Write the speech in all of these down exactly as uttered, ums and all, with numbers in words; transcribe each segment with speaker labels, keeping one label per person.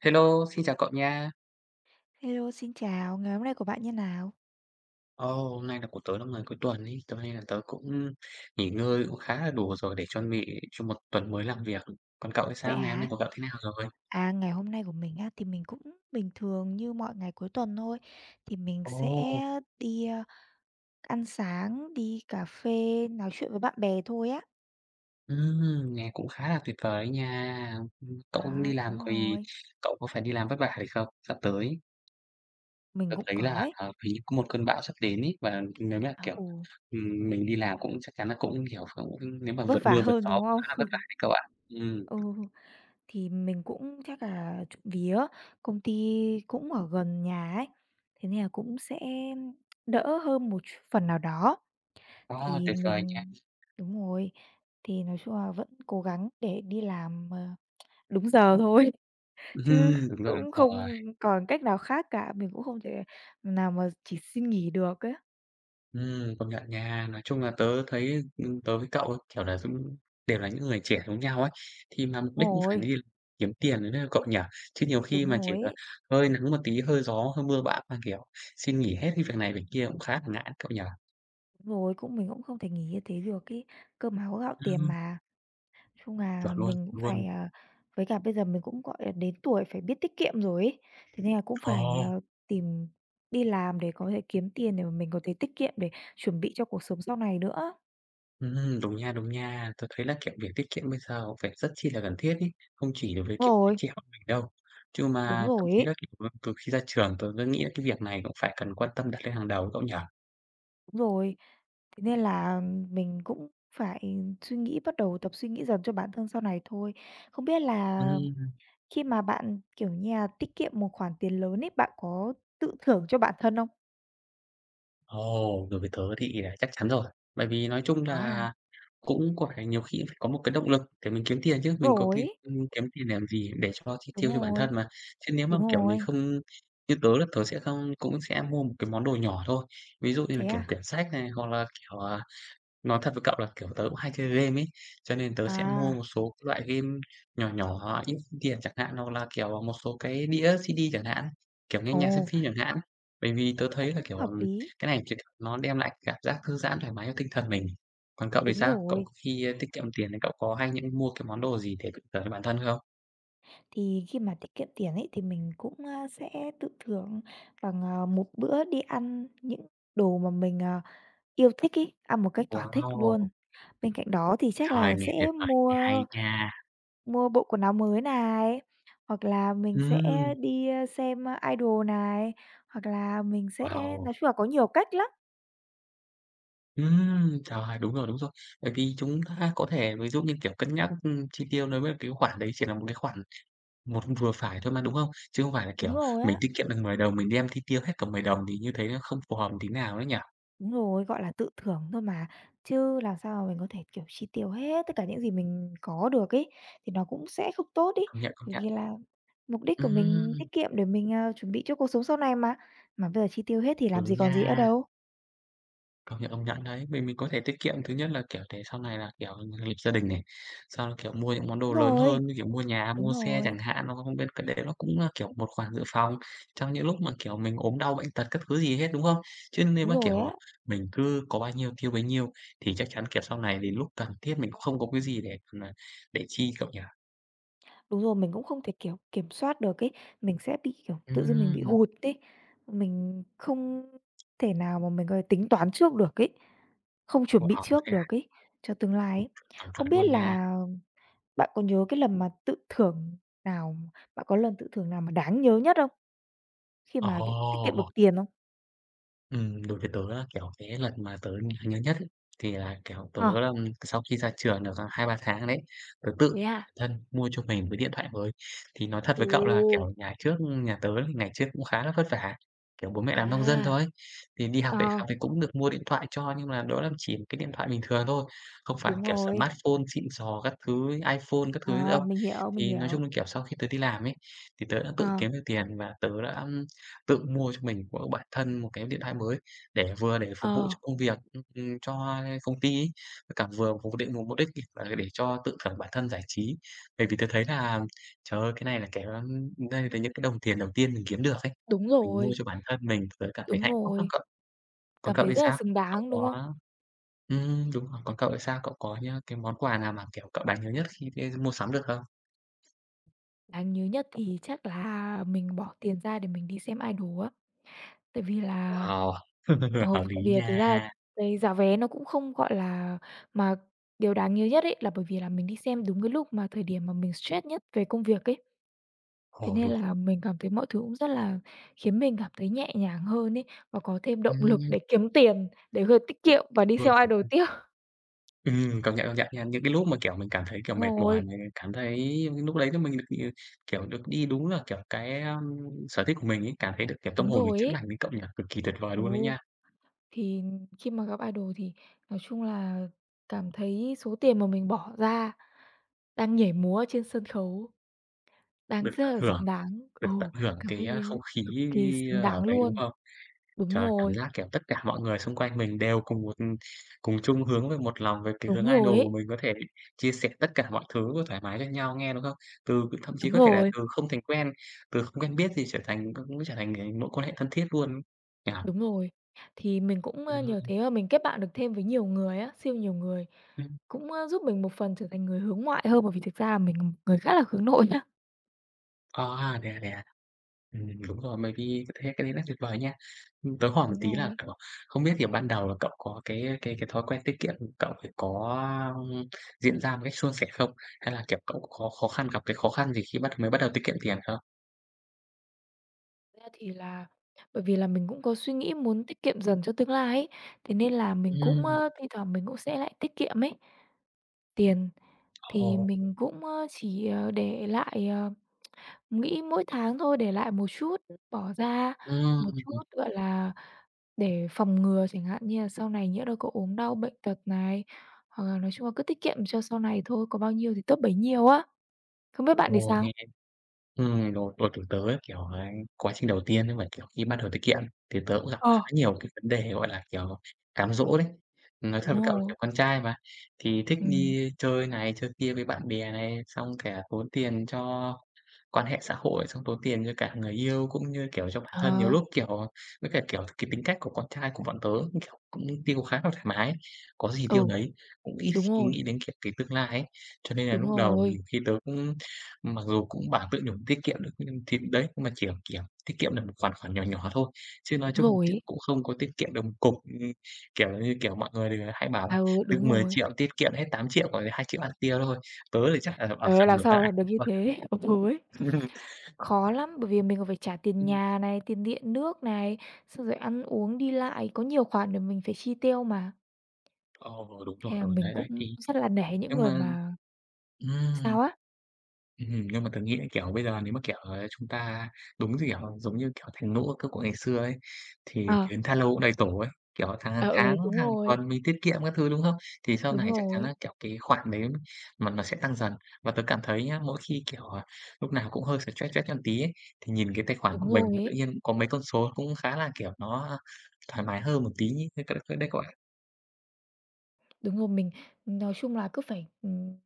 Speaker 1: Hello, xin chào cậu nha.
Speaker 2: Hello, xin chào, ngày hôm nay của bạn như nào?
Speaker 1: Ồ, hôm nay là của tớ là ngày cuối tuần ấy, cho nên là tớ cũng nghỉ ngơi cũng khá là đủ rồi để chuẩn bị cho một tuần mới làm việc. Còn cậu thì
Speaker 2: Vậy
Speaker 1: sao? Ngày hôm
Speaker 2: hả?
Speaker 1: nay của cậu thế nào rồi?
Speaker 2: À, ngày hôm nay của mình á, thì mình cũng bình thường như mọi ngày cuối tuần thôi. Thì mình sẽ
Speaker 1: Ồ.
Speaker 2: đi, ơ, ăn sáng, đi cà phê, nói chuyện với bạn bè thôi á.
Speaker 1: Ừm, nghe cũng khá là tuyệt vời đấy nha. Ừm, Cậu cũng
Speaker 2: Đó,
Speaker 1: đi
Speaker 2: đúng
Speaker 1: làm thì
Speaker 2: rồi,
Speaker 1: cậu có phải đi làm vất vả hay không? Sắp tới,
Speaker 2: mình
Speaker 1: tớ
Speaker 2: cũng
Speaker 1: thấy là
Speaker 2: có ấy.
Speaker 1: à, hình như có một cơn bão sắp đến ấy và nếu là
Speaker 2: À,
Speaker 1: kiểu
Speaker 2: ừ,
Speaker 1: ừm, mình đi làm cũng chắc chắn là cũng hiểu cũng nếu mà
Speaker 2: vất
Speaker 1: vượt
Speaker 2: vả
Speaker 1: mưa vượt
Speaker 2: hơn,
Speaker 1: gió
Speaker 2: đúng
Speaker 1: cũng
Speaker 2: không?
Speaker 1: khá là vất vả đấy cậu ạ. Ừ,
Speaker 2: Ừ, thì mình cũng chắc là trộm vía, công ty cũng ở gần nhà ấy, thế nên là cũng sẽ đỡ hơn một ch phần nào đó. Thì
Speaker 1: tuyệt vời nha.
Speaker 2: mình đúng rồi, thì nói chung là vẫn cố gắng để đi làm, ờ, đúng giờ thôi,
Speaker 1: Ừ,
Speaker 2: chứ
Speaker 1: đúng rồi,
Speaker 2: cũng
Speaker 1: đúng rồi.
Speaker 2: không còn cách nào khác cả, mình cũng không thể nào mà chỉ xin nghỉ được ấy.
Speaker 1: Ừm, công nhận nha. Nói chung là tớ thấy, ừm, tớ với cậu ấy, kiểu là, cũng đều là những người trẻ giống nhau ấy, thì mà mục
Speaker 2: Đúng
Speaker 1: đích cũng phải
Speaker 2: rồi,
Speaker 1: đi kiếm tiền đấy cậu nhỉ? Chứ nhiều khi
Speaker 2: đúng
Speaker 1: mà chỉ
Speaker 2: rồi
Speaker 1: là
Speaker 2: ấy,
Speaker 1: hơi nắng một tí, hơi gió, hơi mưa bão mà, kiểu, xin nghỉ hết cái việc này việc kia cũng khá là ngại cậu nhỉ?
Speaker 2: đúng rồi, cũng mình cũng không thể nghỉ như thế được cái cơm áo gạo tiền
Speaker 1: Ừm,
Speaker 2: mà. Nói chung là
Speaker 1: chuẩn luôn,
Speaker 2: mình cũng
Speaker 1: luôn.
Speaker 2: phải, à với cả bây giờ mình cũng, gọi là, đến tuổi phải biết tiết kiệm rồi ấy, thế nên là cũng
Speaker 1: Ờ,
Speaker 2: phải, ờ, tìm đi làm để có thể kiếm tiền để mà mình có thể tiết kiệm để chuẩn bị cho cuộc sống sau này nữa.
Speaker 1: ừm, đúng nha, đúng nha. Tôi thấy là, kiểu, việc tiết kiệm bây giờ cũng phải rất chi là cần thiết ấy, không chỉ đối với,
Speaker 2: Đúng
Speaker 1: kiểu, giới
Speaker 2: rồi,
Speaker 1: trẻ bọn mình đâu. Chứ
Speaker 2: đúng
Speaker 1: mà thậm
Speaker 2: rồi
Speaker 1: chí
Speaker 2: ấy,
Speaker 1: là, kiểu, từ khi ra trường tôi cứ nghĩ là cái việc này cũng phải cần quan tâm đặt lên hàng đầu cậu nhỉ?
Speaker 2: đúng rồi. Thế nên là mình cũng phải suy nghĩ bắt đầu tập suy nghĩ dần cho bản thân sau này thôi. Không biết là
Speaker 1: Ừm,
Speaker 2: khi mà bạn, kiểu như là, tiết kiệm một khoản tiền lớn ấy, bạn có tự thưởng cho bản thân không?
Speaker 1: ồ, đối với tớ thì là chắc chắn rồi. Bởi vì nói chung
Speaker 2: Có hả?
Speaker 1: là cũng có phải nhiều khi cũng phải có một cái động lực để mình kiếm tiền chứ, mình có
Speaker 2: Rồi
Speaker 1: khi
Speaker 2: ấy,
Speaker 1: ừm, kiếm tiền làm gì để cho chi
Speaker 2: đúng
Speaker 1: tiêu cho bản
Speaker 2: rồi,
Speaker 1: thân mà. Chứ nếu mà,
Speaker 2: đúng
Speaker 1: kiểu, mình
Speaker 2: rồi.
Speaker 1: không như tớ là tớ sẽ không cũng sẽ mua một cái món đồ nhỏ thôi, ví dụ như là,
Speaker 2: Thế
Speaker 1: kiểu,
Speaker 2: à?
Speaker 1: quyển sách này, hoặc là, kiểu, à, nói thật với cậu là, kiểu, tớ cũng hay chơi game ấy, cho nên tớ sẽ mua
Speaker 2: À,
Speaker 1: một số cái loại game nhỏ nhỏ, ít tiền chẳng hạn, hoặc là, kiểu, một số cái đĩa xê đê chẳng hạn, kiểu, nghe
Speaker 2: ồ,
Speaker 1: nhạc, xem phim chẳng hạn. Bởi vì tớ
Speaker 2: cũng
Speaker 1: thấy là, kiểu,
Speaker 2: hợp
Speaker 1: ừm,
Speaker 2: lý.
Speaker 1: cái này thì nó đem lại cảm giác thư giãn, thoải mái cho tinh thần mình. Còn cậu thì
Speaker 2: Đúng
Speaker 1: sao? Cậu
Speaker 2: rồi,
Speaker 1: khi, ơ, tiết kiệm tiền thì cậu có hay những mua cái món đồ gì để tự thưởng cho bản thân không?
Speaker 2: thì khi mà tiết kiệm tiền ấy thì mình cũng, a, sẽ tự thưởng bằng, à, một bữa đi ăn những đồ mà mình, à yêu thích ấy, ăn một cách thỏa thích luôn.
Speaker 1: Wow!
Speaker 2: Bên cạnh đó thì chắc
Speaker 1: Trời,
Speaker 2: là
Speaker 1: nghe
Speaker 2: sẽ
Speaker 1: tuyệt vời,
Speaker 2: mua
Speaker 1: nghe hay nha!
Speaker 2: mua bộ quần áo mới này, hoặc là mình sẽ
Speaker 1: Ừm,
Speaker 2: đi, ơ, xem, ơ, idol này, hoặc là mình sẽ
Speaker 1: wow!
Speaker 2: nói chung là có nhiều cách lắm.
Speaker 1: Ừm, trời, đúng rồi, đúng rồi. Bởi vì chúng ta có thể ví dụ như, kiểu, cân nhắc, ừm, chi tiêu đối với cái khoản đấy chỉ là một cái khoản một vừa phải thôi mà, đúng không? Chứ không phải là,
Speaker 2: Đúng
Speaker 1: kiểu,
Speaker 2: rồi
Speaker 1: mình
Speaker 2: á,
Speaker 1: tiết kiệm được mười đồng mình đem chi tiêu hết cả mười đồng thì như thế nó không phù hợp tí nào đấy nhỉ?
Speaker 2: đúng rồi, gọi là tự thưởng thôi mà, chứ làm sao mà mình có thể, kiểu, chi tiêu hết tất cả những gì mình có được ấy, thì nó cũng sẽ không tốt ấy.
Speaker 1: Công nhận, công
Speaker 2: Bởi
Speaker 1: nhận.
Speaker 2: vì là mục đích của mình
Speaker 1: Ừm,
Speaker 2: tiết kiệm để mình, ờ, chuẩn bị cho cuộc sống sau này mà, mà bây giờ chi tiêu hết thì làm gì
Speaker 1: đúng
Speaker 2: còn gì nữa
Speaker 1: nha.
Speaker 2: đâu.
Speaker 1: Công nhận, công nhận đấy. Mình mình có thể tiết kiệm, thứ nhất là, kiểu, để sau này là, kiểu, lập gia đình này, sau đó, kiểu, mua những món đồ
Speaker 2: Đúng
Speaker 1: lớn
Speaker 2: rồi,
Speaker 1: hơn như kiểu mua nhà,
Speaker 2: đúng
Speaker 1: mua xe
Speaker 2: rồi.
Speaker 1: chẳng hạn, nó không biết cái đấy nó cũng là, kiểu, một khoản dự phòng trong những lúc mà, kiểu, mình ốm đau bệnh tật các thứ gì hết, đúng không? Chứ nếu
Speaker 2: Đúng
Speaker 1: mà,
Speaker 2: rồi
Speaker 1: kiểu,
Speaker 2: á,
Speaker 1: à, mình cứ có bao nhiêu tiêu bấy nhiêu thì chắc chắn, kiểu, sau này đến lúc cần thiết mình cũng không có cái gì để mà để chi, cậu nhỉ?
Speaker 2: đúng rồi, mình cũng không thể, kiểu, kiểm soát được ấy, mình sẽ bị, kiểu, tự dưng mình bị
Speaker 1: Ừm,
Speaker 2: hụt ấy, mình không thể nào mà mình có thể tính toán trước được ấy, không chuẩn
Speaker 1: wow,
Speaker 2: bị trước
Speaker 1: thế à?
Speaker 2: được ấy, cho tương lai
Speaker 1: Chuẩn,
Speaker 2: ấy.
Speaker 1: chuẩn, chuẩn
Speaker 2: Không biết
Speaker 1: luôn nha.
Speaker 2: là bạn có nhớ cái lần mà tự thưởng nào bạn có lần tự thưởng nào mà đáng nhớ nhất không? Khi mà, kiểu, tiết kiệm được
Speaker 1: Ồ!
Speaker 2: tiền không?
Speaker 1: Ừm, đối với tớ là, kiểu, cái lần mà tớ nhớ nhất ấy, thì là, kiểu, tớ
Speaker 2: Ờ,
Speaker 1: là sau khi ra trường được, à, hai ba tháng đấy, tớ tự
Speaker 2: thế à?
Speaker 1: bản thân mua cho mình một cái điện thoại mới. Thì nói thật
Speaker 2: Ồ,
Speaker 1: với cậu là, kiểu, nhà trước nhà tớ thì ngày trước cũng khá là vất vả, kiểu, bố mẹ làm nông dân
Speaker 2: à,
Speaker 1: thôi, thì đi học
Speaker 2: ờ.
Speaker 1: đại học thì cũng được mua điện thoại cho, nhưng mà đó là chỉ một cái điện thoại bình thường thôi, không phải
Speaker 2: Đúng
Speaker 1: kiểu
Speaker 2: rồi,
Speaker 1: smartphone xịn sò các thứ, iPhone các thứ nữa
Speaker 2: ờ,
Speaker 1: đâu.
Speaker 2: mình hiểu, mình
Speaker 1: Thì nói
Speaker 2: hiểu,
Speaker 1: chung là, kiểu, sau khi tớ đi làm ấy, thì tớ đã tự
Speaker 2: ờ.
Speaker 1: kiếm được tiền và tớ đã tự mua cho mình của bản thân một cái điện thoại mới để vừa để phục vụ
Speaker 2: Ờ,
Speaker 1: cho công việc, ừm, ừm, cho công ty ấy, với cả vừa phục định một mục đích là để cho tự thưởng bản thân giải trí. Bởi vì tớ thấy là, trời ơi, cái này là cái, đây là những cái đồng tiền đầu tiên mình kiếm được ấy,
Speaker 2: đúng
Speaker 1: mình mua
Speaker 2: rồi.
Speaker 1: cho bản thân mình, tớ cảm thấy
Speaker 2: Đúng
Speaker 1: hạnh phúc lắm
Speaker 2: rồi.
Speaker 1: cậu. Còn
Speaker 2: Cảm
Speaker 1: cậu
Speaker 2: thấy
Speaker 1: thì
Speaker 2: rất là
Speaker 1: sao?
Speaker 2: xứng
Speaker 1: Cậu
Speaker 2: đáng, đúng không?
Speaker 1: có ừm, đúng rồi, còn cậu thì sao? Cậu có nhá cái món quà nào mà, kiểu, cậu đáng nhớ nhất khi đi mua sắm được không?
Speaker 2: Đáng nhớ nhất thì chắc là mình bỏ tiền ra để mình đi xem idol á. Tại vì là
Speaker 1: Wow,
Speaker 2: ờ,
Speaker 1: hợp
Speaker 2: tại
Speaker 1: lý
Speaker 2: vì là thực ra là
Speaker 1: nha.
Speaker 2: cái giá vé nó cũng không, gọi là mà điều đáng nhớ nhất ấy là bởi vì là mình đi xem đúng cái lúc mà thời điểm mà mình stress nhất về công việc ấy. Thế
Speaker 1: Ồ,
Speaker 2: nên
Speaker 1: đúng rồi.
Speaker 2: là mình cảm thấy mọi thứ cũng rất là khiến mình cảm thấy nhẹ nhàng hơn ấy, và có thêm động lực
Speaker 1: Ừm,
Speaker 2: để kiếm tiền, để có tiết kiệm và đi
Speaker 1: luôn
Speaker 2: xem idol
Speaker 1: chuẩn.
Speaker 2: tiếp.
Speaker 1: Ừm, công nhận, công nhận nha. Những cái lúc mà, kiểu, mình cảm thấy, kiểu, mệt
Speaker 2: Đúng
Speaker 1: mỏi,
Speaker 2: rồi,
Speaker 1: mình cảm thấy lúc đấy là mình được, ừ, kiểu, được đi đúng là, kiểu, cái, a, sở thích của mình ấy, cảm thấy được, kiểu, tâm
Speaker 2: đúng
Speaker 1: hồn được
Speaker 2: rồi
Speaker 1: chữa
Speaker 2: ấy.
Speaker 1: lành với cậu nhỉ? Cực kỳ tuyệt vời
Speaker 2: Ừ.
Speaker 1: luôn đấy nha.
Speaker 2: Thì khi mà gặp idol thì nói chung là cảm thấy số tiền mà mình bỏ ra đang nhảy múa trên sân khấu đang
Speaker 1: Được tận
Speaker 2: rất là
Speaker 1: hưởng
Speaker 2: xứng đáng.
Speaker 1: được
Speaker 2: Ừ,
Speaker 1: tận hưởng
Speaker 2: cảm
Speaker 1: cái, a, không
Speaker 2: thấy
Speaker 1: khí
Speaker 2: cực kỳ xứng
Speaker 1: ở
Speaker 2: đáng
Speaker 1: đấy, đúng
Speaker 2: luôn.
Speaker 1: không?
Speaker 2: Đúng
Speaker 1: Trời, cảm
Speaker 2: rồi,
Speaker 1: giác, kiểu, tất cả mọi người xung quanh mình đều cùng một cùng chung hướng về một lòng về cái
Speaker 2: đúng
Speaker 1: hướng
Speaker 2: rồi ấy,
Speaker 1: idol mình có thể chia sẻ tất cả mọi thứ thoải mái cho nhau nghe, đúng không? Từ thậm chí
Speaker 2: đúng
Speaker 1: có thể là
Speaker 2: rồi,
Speaker 1: từ không thành quen, từ không quen biết gì trở thành cũng trở thành, ờ, mối quan hệ thân thiết luôn. Nhỉ?
Speaker 2: đúng rồi. Thì mình cũng, ơ, nhờ
Speaker 1: Ừm,
Speaker 2: thế mà mình kết bạn được thêm với nhiều người á, siêu nhiều người,
Speaker 1: ừm.
Speaker 2: cũng, ơ, giúp mình một phần trở thành người hướng ngoại hơn, bởi vì thực ra là mình là một người khá là hướng nội nhá.
Speaker 1: À, thế à, thế à? Ừm, đúng rồi, bởi vì thế cái đấy là tuyệt vời nha. Ừm, tớ hỏi một
Speaker 2: Đúng
Speaker 1: tí là,
Speaker 2: rồi.
Speaker 1: kiểu, không biết thì ban đầu là cậu có cái cái cái thói quen tiết kiệm cậu phải có, ưm, diễn ra một cách suôn sẻ không? Hay là, kiểu, cậu khó khó khăn gặp cái khó khăn gì khi bắt mới bắt đầu tiết kiệm tiền không?
Speaker 2: Ra thì là bởi vì là mình cũng có suy nghĩ muốn tiết kiệm dần cho tương lai ấy, thế nên là mình cũng,
Speaker 1: Ừm,
Speaker 2: ơ, thi thoảng mình cũng sẽ lại tiết kiệm ấy. Tiền thì
Speaker 1: ồ.
Speaker 2: mình cũng, ơ, chỉ, ờ, để lại, ờ, nghĩ mỗi tháng thôi, để lại một chút, bỏ ra
Speaker 1: Ừm,
Speaker 2: một chút, gọi là, để phòng ngừa chẳng hạn như là sau này nhỡ đâu có ốm đau bệnh tật này, hoặc là nói chung là cứ tiết kiệm cho sau này thôi, có bao nhiêu thì tốt bấy nhiêu á. Không biết bạn thì
Speaker 1: ồ,
Speaker 2: sao?
Speaker 1: nghe Ừm, rồi, rồi, kiểu, tớ ấy, kiểu, ấy, quá trình đầu tiên ấy mà, kiểu, khi bắt đầu thực hiện thì tớ cũng gặp khá
Speaker 2: Ờ,
Speaker 1: nhiều cái vấn đề, gọi là, kiểu, cám dỗ đấy. Nói thật
Speaker 2: đúng
Speaker 1: với cậu là,
Speaker 2: rồi,
Speaker 1: kiểu, con trai mà, thì thích
Speaker 2: ừm,
Speaker 1: đi chơi này chơi kia với bạn bè này, xong cả tốn tiền cho quan hệ xã hội, xong tốn tiền cho cả người yêu cũng như, kiểu, cho bản thân. Nhiều
Speaker 2: ờ,
Speaker 1: lúc, kiểu, với cả, kiểu, cái tính cách của con trai của bọn tớ, kiểu, cũng tiêu khá là thoải mái ấy, có gì tiêu
Speaker 2: ừ,
Speaker 1: nấy, cũng ít
Speaker 2: đúng
Speaker 1: khi
Speaker 2: rồi,
Speaker 1: nghĩ đến, kiểu, cái tương lai ấy. Cho nên là
Speaker 2: đúng
Speaker 1: lúc đầu
Speaker 2: rồi.
Speaker 1: nhiều khi tớ cũng mặc dù cũng bảo tự nhủ tiết kiệm được, nhưng thì đấy, nhưng mà chỉ, kiểu, tiết kiệm được một khoản khoản nhỏ nhỏ thôi, chứ nói
Speaker 2: Đúng
Speaker 1: chung là,
Speaker 2: rồi
Speaker 1: kiểu,
Speaker 2: ấy.
Speaker 1: cũng không có tiết kiệm được một cục. Ừm, kiểu như, kiểu, mọi người đều hay bảo là
Speaker 2: À, ừ, đúng
Speaker 1: "Lương mười
Speaker 2: rồi.
Speaker 1: nghìn tiết kiệm hết tám triệu không không không còn lại hai không không không ăn tiêu thôi." Tớ thì chắc là ở
Speaker 2: Trời ơi,
Speaker 1: phần
Speaker 2: làm
Speaker 1: ngược
Speaker 2: sao mà
Speaker 1: lại.
Speaker 2: được như
Speaker 1: Vâng.
Speaker 2: thế? Ừ ấy. Khó lắm, bởi vì mình còn phải trả tiền
Speaker 1: Ừm.
Speaker 2: nhà này, tiền điện nước này, xong rồi ăn uống, đi lại, có nhiều khoản để mình phải chi tiêu mà.
Speaker 1: Ồ, đúng
Speaker 2: Thế
Speaker 1: rồi,
Speaker 2: là
Speaker 1: rồi,
Speaker 2: mình
Speaker 1: đấy, đấy,
Speaker 2: cũng
Speaker 1: thì
Speaker 2: rất là nể những
Speaker 1: nhưng
Speaker 2: người
Speaker 1: mà
Speaker 2: mà
Speaker 1: ừm,
Speaker 2: sao á?
Speaker 1: ừm, nhưng mà tớ nghĩ, là kiểu, bây giờ nếu mà, kiểu, ờ, chúng ta đúng như, kiểu, giống như, kiểu, thành nũ cơ cụ ngày xưa ấy, thì
Speaker 2: Ờ,
Speaker 1: đến tha lâu cũng đầy tổ ấy, kiểu, tháng hàng
Speaker 2: ờ, ừ,
Speaker 1: tháng,
Speaker 2: đúng
Speaker 1: hàng
Speaker 2: rồi,
Speaker 1: tuần mình tiết kiệm các thứ, đúng không? Thì sau
Speaker 2: đúng
Speaker 1: này chắc chắn
Speaker 2: rồi,
Speaker 1: là, kiểu, cái khoản đấy mà nó sẽ tăng dần. Và tớ cảm thấy nhá, mỗi khi, kiểu, à, lúc nào cũng hơi stress stress một tí ấy, thì nhìn cái tài khoản
Speaker 2: đúng
Speaker 1: của mình
Speaker 2: rồi
Speaker 1: mà tự
Speaker 2: ấy.
Speaker 1: nhiên có mấy con số cũng khá là, kiểu, nó thoải mái hơn một tí nhỉ cái c cái đấy các bạn
Speaker 2: Đúng rồi, mình nói chung là cứ phải, ừm,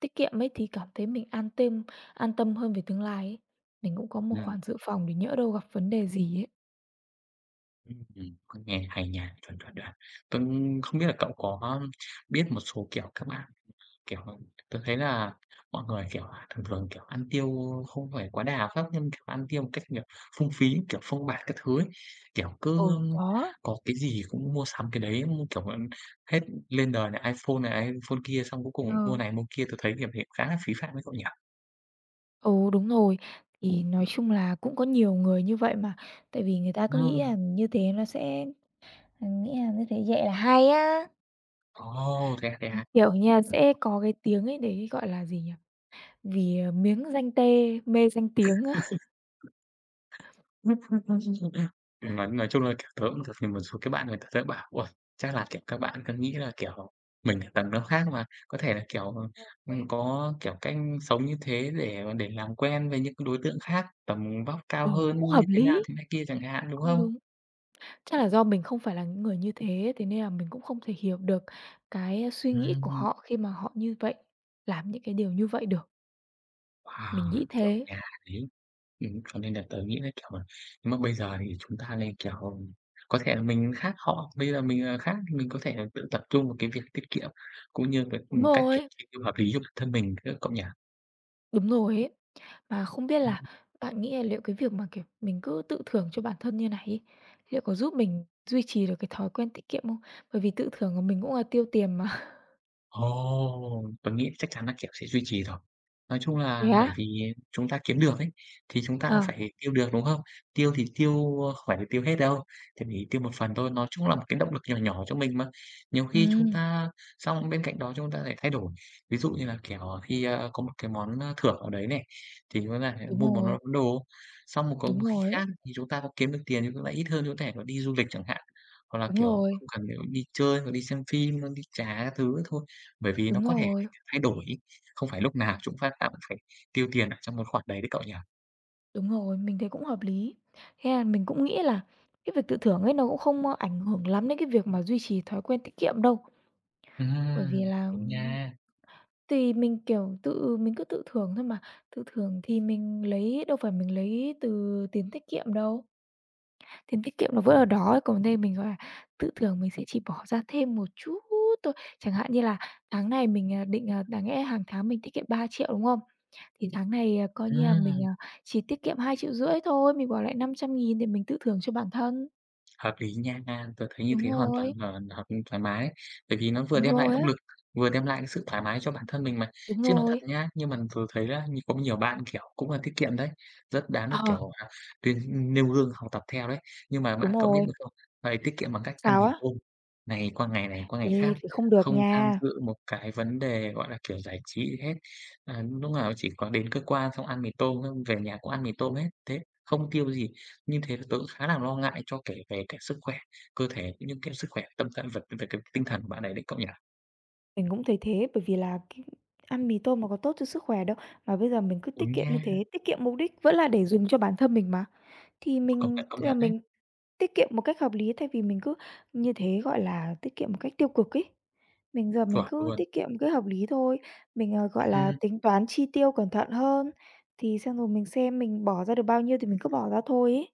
Speaker 2: tiết kiệm ấy thì cảm thấy mình an tâm, an tâm hơn về tương lai ấy. Mình cũng có một khoản dự phòng để nhỡ đâu gặp vấn đề gì ấy.
Speaker 1: Ừm, ôi, nghe hay nha, chuẩn, chuẩn, chuẩn. Tôi không biết là cậu có biết một số, kiểu, các bạn, kiểu, tôi thấy là mọi người, kiểu, thường thường, kiểu, ăn tiêu không phải quá đà pháp, nhưng, kiểu, ăn tiêu một cách, kiểu, phung phí, kiểu, phông bạt các thứ ấy, kiểu, cứ
Speaker 2: Ừ, có,
Speaker 1: có cái gì cũng mua sắm cái đấy, mua, kiểu, hết lên đời này ai phôn này, ai phôn kia, xong cuối cùng mua
Speaker 2: ờ.
Speaker 1: này mua kia, tôi thấy, kiểu, hiện khá là phí phạm với cậu nhỉ?
Speaker 2: Ừ, đúng rồi. Thì nói chung là cũng có nhiều người như vậy mà, tại vì người ta cứ nghĩ
Speaker 1: Ừm,
Speaker 2: là như thế nó sẽ à, nghĩ là như thế vậy là hay á.
Speaker 1: ồ, thế à, thế
Speaker 2: Ừm,
Speaker 1: à?
Speaker 2: kiểu nha, sẽ có cái tiếng ấy đấy, gọi là gì nhỉ? "Vì, ờ, miếng danh tê mê danh tiếng" á.
Speaker 1: nói nói chung là, kiểu, tớ cũng gặp một số cái bạn người ta sẽ bảo: "Uầy, chắc là, kiểu, các bạn cứ nghĩ là, kiểu, mình ở tầng nó khác mà, có thể là, kiểu,
Speaker 2: Đúng rồi.
Speaker 1: ừm, có, kiểu, cách sống như thế để mà để làm quen với những cái đối tượng khác, tầm vóc cao
Speaker 2: Ừ,
Speaker 1: hơn
Speaker 2: cũng hợp
Speaker 1: như thế nào
Speaker 2: lý,
Speaker 1: thế này kia" chẳng hạn, đúng
Speaker 2: cũng
Speaker 1: không?
Speaker 2: đúng. Chắc là do mình không phải là những người như thế, thế nên là mình cũng không thể hiểu được cái suy nghĩ của
Speaker 1: Ừm.
Speaker 2: họ khi mà họ như vậy, làm những cái điều như vậy được. Mình
Speaker 1: Wow,
Speaker 2: nghĩ
Speaker 1: chuẩn
Speaker 2: thế.
Speaker 1: nha đấy. Ừm, cho nên là tớ nghĩ là, kiểu là, nếu mà bây giờ thì chúng ta nên, kiểu, có thể là mình khác họ, bây giờ mình, ờ, khác thì mình có thể là tự tập trung vào cái việc tiết kiệm, cũng như cái,
Speaker 2: Đúng
Speaker 1: ừm, cách, kiểu,
Speaker 2: rồi.
Speaker 1: chi tiêu hợp lý cho bản thân mình nữa, cậu nhỉ?
Speaker 2: Đúng rồi ấy. Mà không biết là bạn nghĩ là liệu cái việc mà, kiểu, mình cứ tự thưởng cho bản thân như này ấy, liệu có giúp mình duy trì được cái thói quen tiết kiệm không? Bởi vì tự thưởng của mình cũng là tiêu tiền mà.
Speaker 1: Ồ! Tôi nghĩ chắc chắn là, kiểu, sẽ duy trì rồi. Nói chung
Speaker 2: Thế
Speaker 1: là bởi
Speaker 2: á?
Speaker 1: vì chúng ta kiếm được ấy, thì chúng ta cũng
Speaker 2: Ờ,
Speaker 1: phải tiêu được, đúng không? Tiêu thì tiêu, ơ, không phải là tiêu hết đâu, thì mình tiêu một phần thôi, nó cũng là một cái động lực nhỏ nhỏ cho mình mà. Nhiều khi chúng
Speaker 2: ừm,
Speaker 1: ta xong bên cạnh đó chúng ta lại thay đổi, ví dụ như là, kiểu, khi, a, có một cái món, a, thưởng nào đấy này, thì chúng ta lại
Speaker 2: đúng
Speaker 1: mua một món
Speaker 2: rồi,
Speaker 1: món đồ, xong một có
Speaker 2: đúng
Speaker 1: một khi
Speaker 2: rồi ấy,
Speaker 1: khác thì chúng ta có kiếm được tiền thì cũng lại ít hơn, chúng ta có thể đi du lịch chẳng hạn, hoặc là,
Speaker 2: đúng
Speaker 1: kiểu,
Speaker 2: rồi,
Speaker 1: không cần phải đi chơi, hoặc đi xem phim, hoặc đi trà các thứ thôi. Bởi vì nó
Speaker 2: Đúng
Speaker 1: có thể
Speaker 2: rồi,
Speaker 1: thay đổi, không phải lúc nào chúng ta cũng phải tiêu tiền ở trong một khoản đấy đấy cậu nhỉ?
Speaker 2: đúng rồi, mình thấy cũng hợp lý. Thế là mình cũng nghĩ là cái việc tự thưởng ấy nó cũng không, ơ, ảnh hưởng lắm đến cái việc mà duy trì thói quen tiết kiệm đâu, bởi vì
Speaker 1: Ừm,
Speaker 2: là
Speaker 1: đúng nha.
Speaker 2: thì mình, kiểu, tự mình cứ tự thưởng thôi mà, tự thưởng thì mình lấy đâu phải mình lấy từ tiền tiết kiệm đâu, tiền tiết kiệm nó vẫn
Speaker 1: Ồ.
Speaker 2: ở đó ấy, còn đây mình, gọi là, tự thưởng mình sẽ chỉ bỏ ra thêm một chút thôi. Chẳng hạn như là tháng này mình, à, định, à đáng lẽ hàng tháng mình tiết kiệm ba triệu đúng không? Thì tháng này, à, coi như là mình,
Speaker 1: Ừm.
Speaker 2: à, chỉ tiết kiệm hai triệu rưỡi thôi, mình bỏ lại năm trăm nghìn để mình tự thưởng cho bản thân.
Speaker 1: Hợp lý nha, tớ thấy như
Speaker 2: Đúng
Speaker 1: thế hoàn toàn
Speaker 2: rồi,
Speaker 1: là hợp thoải mái. Bởi vì nó vừa
Speaker 2: đúng
Speaker 1: đem lại
Speaker 2: rồi
Speaker 1: động
Speaker 2: á,
Speaker 1: lực, vừa đem lại cái sự thoải mái cho bản thân mình mà.
Speaker 2: đúng
Speaker 1: Chứ nói thật
Speaker 2: rồi.
Speaker 1: nhá, nhưng mà tớ thấy là như có nhiều bạn, kiểu, cũng là tiết kiệm đấy, rất đáng được,
Speaker 2: Ờ,
Speaker 1: kiểu, à, tuyên nêu gương học tập theo đấy. Nhưng mà
Speaker 2: đúng
Speaker 1: bạn có biết
Speaker 2: rồi.
Speaker 1: được không? Vậy tiết kiệm bằng cách ăn
Speaker 2: Sao
Speaker 1: thịt
Speaker 2: á?
Speaker 1: tôm, này qua ngày này qua ngày
Speaker 2: Ê,
Speaker 1: khác,
Speaker 2: thì không được
Speaker 1: không tham
Speaker 2: nha.
Speaker 1: dự một cái vấn đề, gọi là, kiểu, giải trí gì hết. À, lúc nào chỉ có đến cơ quan xong ăn mì tôm, xong về nhà cũng ăn mì tôm hết, thế không tiêu gì. Như thế là tớ cũng khá là lo ngại cho kể về cái sức khỏe cơ thể cũng như cái sức khỏe tâm trạng vật về cái tinh thần của bạn ấy đấy cậu nhỉ?
Speaker 2: Mình cũng thấy thế, bởi vì là cái ăn mì tôm nó có tốt cho sức khỏe đâu. Mà bây giờ mình cứ tiết
Speaker 1: Đúng
Speaker 2: kiệm như
Speaker 1: nha,
Speaker 2: thế, tiết kiệm mục đích vẫn là để dùng cho bản thân mình mà. Thì
Speaker 1: công
Speaker 2: mình
Speaker 1: nhận, công
Speaker 2: tức là
Speaker 1: nhận đấy,
Speaker 2: mình tiết kiệm một cách hợp lý thay vì mình cứ như thế, gọi là, tiết kiệm một cách tiêu cực ấy. Mình giờ mình
Speaker 1: chuẩn
Speaker 2: cứ
Speaker 1: luôn.
Speaker 2: tiết kiệm một cách hợp lý thôi, mình, ờ, gọi là,
Speaker 1: Ừm,
Speaker 2: tính toán chi tiêu cẩn thận hơn, thì xong rồi mình xem mình bỏ ra được bao nhiêu thì mình cứ bỏ ra thôi ấy.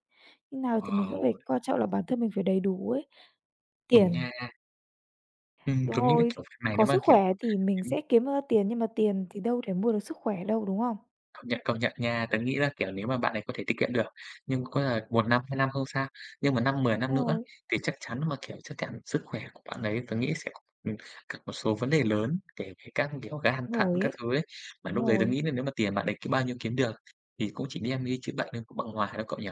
Speaker 2: Như nào thì mình vẫn
Speaker 1: wow,
Speaker 2: phải coi trọng là bản thân mình phải đầy đủ ấy.
Speaker 1: đúng
Speaker 2: Tiền
Speaker 1: nha. Ừm,
Speaker 2: đúng
Speaker 1: giống như cái
Speaker 2: rồi,
Speaker 1: kiểu phim này
Speaker 2: có
Speaker 1: nếu mà,
Speaker 2: sức
Speaker 1: kiểu.
Speaker 2: khỏe thì mình sẽ kiếm ra tiền, nhưng mà tiền thì đâu thể mua được sức khỏe đâu, đúng không?
Speaker 1: Công nhận, công nhận nha. Tớ nghĩ là, kiểu, nếu mà bạn ấy có thể tiết kiệm được, nhưng có là một năm, hai năm không sao, nhưng mà năm mười năm
Speaker 2: Đúng
Speaker 1: nữa
Speaker 2: rồi.
Speaker 1: thì chắc chắn mà, kiểu, chắc chắn sức khỏe của bạn ấy tớ nghĩ sẽ, ừm, gặp một số vấn đề lớn kể về các, kiểu, gan
Speaker 2: Đúng
Speaker 1: thận
Speaker 2: rồi ấy,
Speaker 1: các thứ ấy. Mà
Speaker 2: đúng
Speaker 1: lúc đấy tớ
Speaker 2: rồi,
Speaker 1: nghĩ là nếu mà tiền bạn ấy cứ bao nhiêu kiếm được thì cũng chỉ đem đi chữa bệnh thôi cũng bằng hòa đâu cậu nhỉ?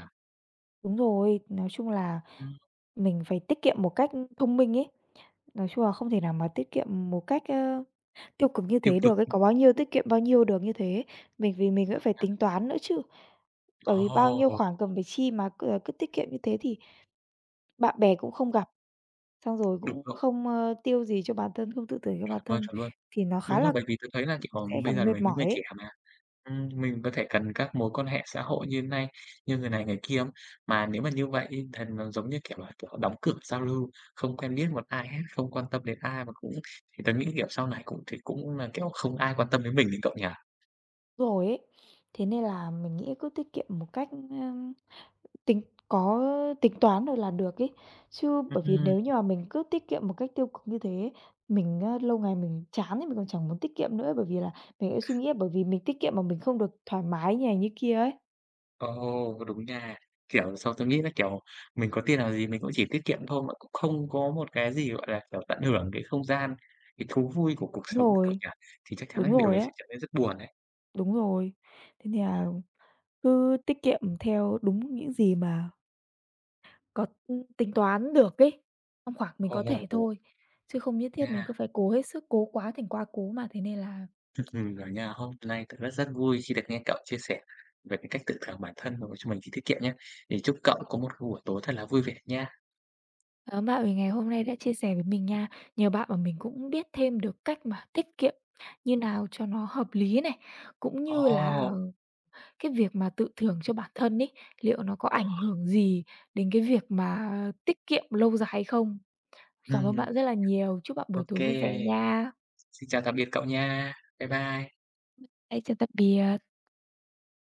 Speaker 2: đúng rồi. Nói chung là
Speaker 1: Ừm,
Speaker 2: mình phải tiết kiệm một cách thông minh ấy. Nói chung là không thể nào mà tiết kiệm một cách, ơ, tiêu cực như
Speaker 1: tiêu
Speaker 2: thế
Speaker 1: cực.
Speaker 2: được ấy, có bao nhiêu tiết kiệm bao nhiêu được như thế. Mình vì mình vẫn phải tính toán nữa chứ. Bởi vì bao nhiêu
Speaker 1: Ồ,
Speaker 2: khoản cần phải chi mà c cứ tiết kiệm như thế thì bạn bè cũng không gặp. Xong rồi
Speaker 1: đúng
Speaker 2: cũng
Speaker 1: rồi,
Speaker 2: không, ơ, tiêu gì cho bản thân, không tự thưởng cho bản
Speaker 1: chuẩn luôn,
Speaker 2: thân
Speaker 1: chuẩn luôn.
Speaker 2: thì nó khá
Speaker 1: Đúng rồi,
Speaker 2: là
Speaker 1: bởi vì tôi thấy là, kiểu,
Speaker 2: sẽ cảm
Speaker 1: bây
Speaker 2: thấy
Speaker 1: giờ là
Speaker 2: mệt
Speaker 1: mấy
Speaker 2: mỏi
Speaker 1: người trẻ
Speaker 2: ấy.
Speaker 1: mà. Ừm, mình có thể cần các mối quan hệ xã hội như này như người này người kia không? Mà nếu mà như vậy ấy, thì nó giống như, kiểu là, kiểu, đóng cửa giao lưu, không quen biết một ai hết, không quan tâm đến ai mà cũng thì tớ nghĩ, kiểu, sau này cũng thì cũng là, kiểu, không ai quan tâm đến mình thì cậu nhỉ?
Speaker 2: Rồi ấy, thế nên là mình nghĩ cứ tiết kiệm một cách, ưm, tính có tính toán rồi là được ấy. Chứ bởi vì
Speaker 1: Ừm,
Speaker 2: nếu như mà mình cứ tiết kiệm một cách tiêu cực như thế, mình á, lâu ngày mình chán thì mình còn chẳng muốn tiết kiệm nữa, bởi vì là mình lại suy nghĩ bởi vì mình tiết kiệm mà mình không được thoải mái như này như kia ấy.
Speaker 1: ồ, đúng nha. Kiểu, sau tôi nghĩ là, kiểu, mình có tiền làm gì mình cũng chỉ tiết kiệm thôi mà cũng không có một cái gì, gọi là, kiểu, tận hưởng cái không gian, cái thú vui của cuộc
Speaker 2: Đúng
Speaker 1: sống cậu
Speaker 2: rồi,
Speaker 1: nhỉ? Thì chắc chắn là
Speaker 2: đúng
Speaker 1: điều
Speaker 2: rồi
Speaker 1: đấy
Speaker 2: á,
Speaker 1: sẽ trở nên rất buồn đấy.
Speaker 2: đúng rồi. Thế nên là cứ tiết kiệm theo đúng những gì mà có, ừ, tính toán được ấy, trong khoảng mình có thể
Speaker 1: Ồ,
Speaker 2: thôi, chứ không nhất thiết mình
Speaker 1: nha.
Speaker 2: cứ phải cố hết sức, cố quá thành quá cố mà. Thế nên là
Speaker 1: Ừm, rồi nha. Hôm nay rất rất vui khi được nghe cậu chia sẻ về cái cách tự thưởng bản thân và cho mình khi tiết kiệm nhé. Thì chúc cậu có một buổi tối thật là vui vẻ nha.
Speaker 2: cảm ơn bạn vì ngày hôm nay đã chia sẻ với mình nha. Nhờ bạn mà mình cũng biết thêm được cách mà tiết kiệm như nào cho nó hợp lý này, cũng như là
Speaker 1: Ồ.
Speaker 2: cái việc mà tự thưởng cho bản thân ấy, liệu nó có ảnh hưởng gì đến cái việc mà tiết kiệm lâu dài hay không. Cảm ơn
Speaker 1: Ừm,
Speaker 2: bạn rất là nhiều, chúc bạn
Speaker 1: ô.
Speaker 2: buổi tối vui vẻ nha.
Speaker 1: Xin chào tạm biệt cậu nha. Bye bye.
Speaker 2: Hãy chào tạm biệt.